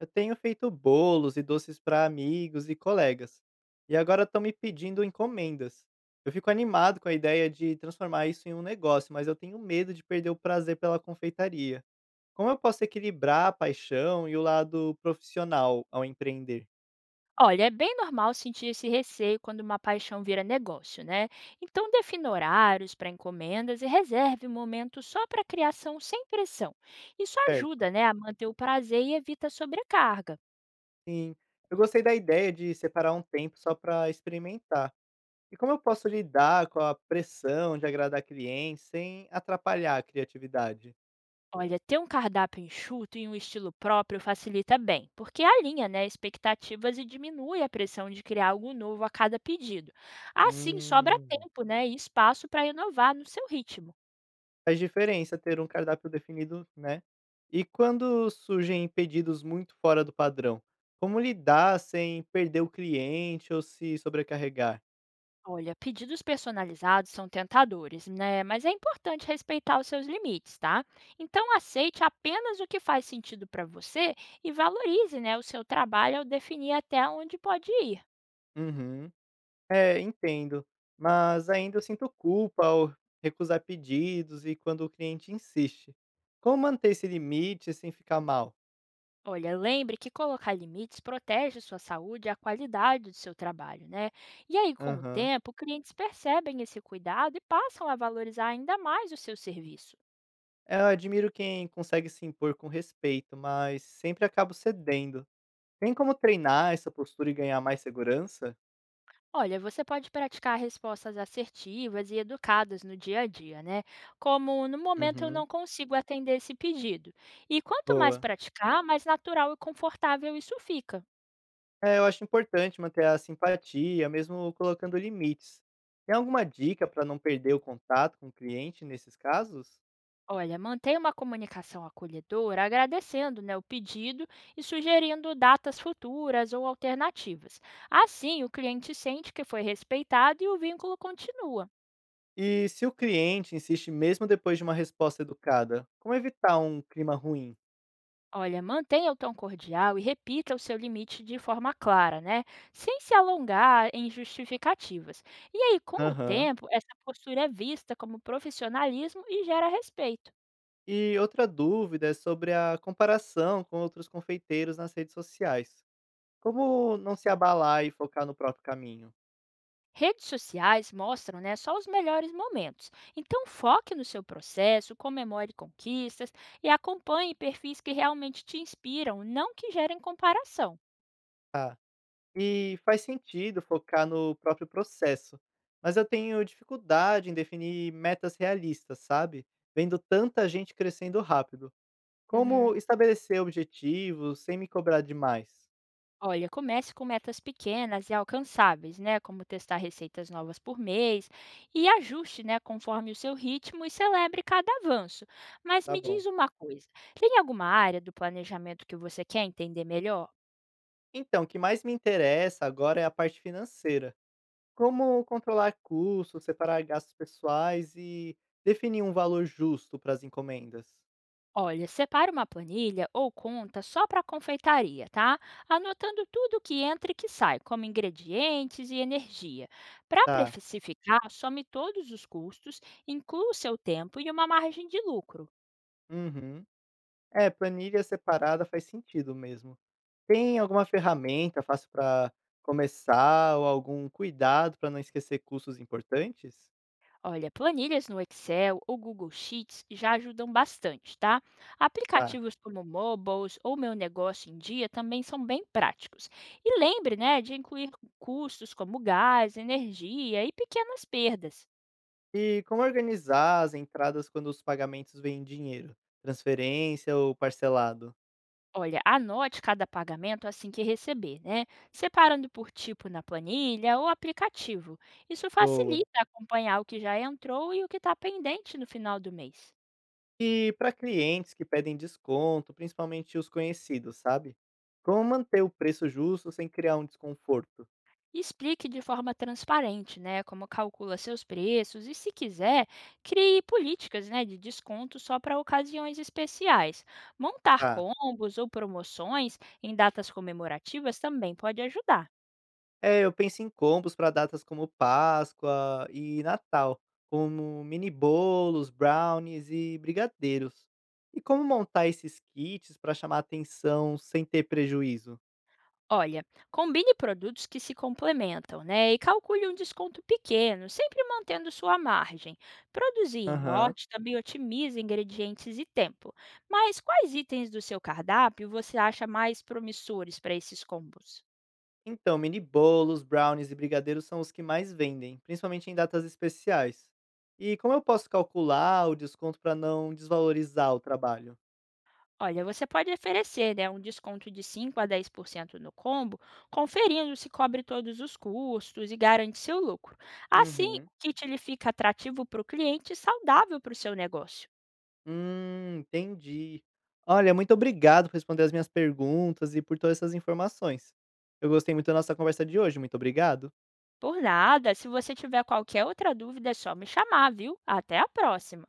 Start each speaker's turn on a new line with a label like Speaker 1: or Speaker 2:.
Speaker 1: Eu tenho feito bolos e doces para amigos e colegas. E agora estão me pedindo encomendas. Eu fico animado com a ideia de transformar isso em um negócio, mas eu tenho medo de perder o prazer pela confeitaria. Como eu posso equilibrar a paixão e o lado profissional ao empreender?
Speaker 2: Olha, é bem normal sentir esse receio quando uma paixão vira negócio, né? Então, defina horários para encomendas e reserve um momento só para criação sem pressão. Isso
Speaker 1: Certo.
Speaker 2: ajuda, né, a manter o prazer e evita a sobrecarga.
Speaker 1: Sim, eu gostei da ideia de separar um tempo só para experimentar. E como eu posso lidar com a pressão de agradar clientes sem atrapalhar a criatividade?
Speaker 2: Olha, ter um cardápio enxuto e um estilo próprio facilita bem, porque alinha, né, expectativas e diminui a pressão de criar algo novo a cada pedido. Assim, sobra
Speaker 1: Hum.
Speaker 2: tempo, né, e espaço para inovar no seu ritmo.
Speaker 1: Faz diferença ter um cardápio definido, né. E quando surgem pedidos muito fora do padrão, como lidar sem perder o cliente ou se sobrecarregar?
Speaker 2: Olha, pedidos personalizados são tentadores, né? Mas é importante respeitar os seus limites, tá? Então aceite apenas o que faz sentido para você e valorize, né, o seu trabalho ao definir até onde pode ir.
Speaker 1: Uhum. É, entendo. Mas ainda eu sinto culpa ao recusar pedidos e quando o cliente insiste. Como manter esse limite sem ficar mal?
Speaker 2: Olha, lembre que colocar limites protege sua saúde e a qualidade do seu trabalho, né? E aí, com o
Speaker 1: Aham.
Speaker 2: tempo, clientes percebem esse cuidado e passam a valorizar ainda mais o seu serviço.
Speaker 1: É, eu admiro quem consegue se impor com respeito, mas sempre acabo cedendo. Tem como treinar essa postura e ganhar mais segurança?
Speaker 2: Olha, você pode praticar respostas assertivas e educadas no dia a dia, né? Como no momento eu não
Speaker 1: Uhum.
Speaker 2: consigo atender esse pedido. E quanto mais
Speaker 1: Boa.
Speaker 2: praticar, mais natural e confortável isso fica.
Speaker 1: É, eu acho importante manter a simpatia, mesmo colocando limites. Tem alguma dica para não perder o contato com o cliente nesses casos?
Speaker 2: Olha, mantenha uma comunicação acolhedora, agradecendo né, o pedido e sugerindo datas futuras ou alternativas. Assim, o cliente sente que foi respeitado e o vínculo continua.
Speaker 1: E se o cliente insiste mesmo depois de uma resposta educada, como evitar um clima ruim?
Speaker 2: Olha, mantenha o tom cordial e repita o seu limite de forma clara, né? Sem se alongar em justificativas. E aí, com o
Speaker 1: Aham.
Speaker 2: tempo, essa postura é vista como profissionalismo e gera respeito.
Speaker 1: E outra dúvida é sobre a comparação com outros confeiteiros nas redes sociais. Como não se abalar e focar no próprio caminho?
Speaker 2: Redes sociais mostram, né, só os melhores momentos. Então, foque no seu processo, comemore conquistas e acompanhe perfis que realmente te inspiram, não que gerem comparação.
Speaker 1: Tá. E faz sentido focar no próprio processo, mas eu tenho dificuldade em definir metas realistas, sabe? Vendo tanta gente crescendo rápido. Como
Speaker 2: Uhum.
Speaker 1: estabelecer objetivos sem me cobrar demais?
Speaker 2: Olha, comece com metas pequenas e alcançáveis, né? Como testar receitas novas por mês e ajuste, né, conforme o seu ritmo e celebre cada avanço. Mas
Speaker 1: Tá
Speaker 2: me diz
Speaker 1: bom.
Speaker 2: uma coisa, tem alguma área do planejamento que você quer entender melhor?
Speaker 1: Então, o que mais me interessa agora é a parte financeira. Como controlar custos, separar gastos pessoais e definir um valor justo para as encomendas?
Speaker 2: Olha, separe uma planilha ou conta só para confeitaria, tá? Anotando tudo que entra e que sai, como ingredientes e energia. Para
Speaker 1: Tá.
Speaker 2: precificar, some todos os custos, inclua o seu tempo e uma margem de lucro.
Speaker 1: Uhum. É, planilha separada faz sentido mesmo. Tem alguma ferramenta fácil para começar ou algum cuidado para não esquecer custos importantes?
Speaker 2: Olha, planilhas no Excel ou Google Sheets já ajudam bastante, tá?
Speaker 1: Tá.
Speaker 2: Aplicativos como Mobiles ou Meu Negócio em Dia também são bem práticos. E lembre, né, de incluir custos como gás, energia e pequenas perdas.
Speaker 1: E como organizar as entradas quando os pagamentos vêm em dinheiro? Transferência ou parcelado?
Speaker 2: Olha, anote cada pagamento assim que receber, né? Separando por tipo na planilha ou aplicativo. Isso
Speaker 1: Boa.
Speaker 2: facilita acompanhar o que já entrou e o que está pendente no final do mês.
Speaker 1: E para clientes que pedem desconto, principalmente os conhecidos, sabe? Como manter o preço justo sem criar um desconforto?
Speaker 2: E explique de forma transparente, né, como calcula seus preços e, se quiser, crie políticas, né, de desconto só para ocasiões especiais. Montar
Speaker 1: Tá.
Speaker 2: combos ou promoções em datas comemorativas também pode ajudar.
Speaker 1: É, eu penso em combos para datas como Páscoa e Natal, como mini bolos, brownies e brigadeiros. E como montar esses kits para chamar atenção sem ter prejuízo?
Speaker 2: Olha, combine produtos que se complementam, né? E calcule um desconto pequeno, sempre mantendo sua margem. Produzir em
Speaker 1: Aham.
Speaker 2: lote também otimiza ingredientes e tempo. Mas quais itens do seu cardápio você acha mais promissores para esses combos?
Speaker 1: Então, mini bolos, brownies e brigadeiros são os que mais vendem, principalmente em datas especiais. E como eu posso calcular o desconto para não desvalorizar o trabalho?
Speaker 2: Olha, você pode oferecer, né, um desconto de 5 a 10% no combo, conferindo se cobre todos os custos e garante seu lucro. Assim, o
Speaker 1: Uhum.
Speaker 2: kit ele fica atrativo para o cliente e saudável para o seu negócio.
Speaker 1: Entendi. Olha, muito obrigado por responder as minhas perguntas e por todas essas informações. Eu gostei muito da nossa conversa de hoje, muito obrigado.
Speaker 2: Por nada, se você tiver qualquer outra dúvida, é só me chamar, viu? Até a próxima!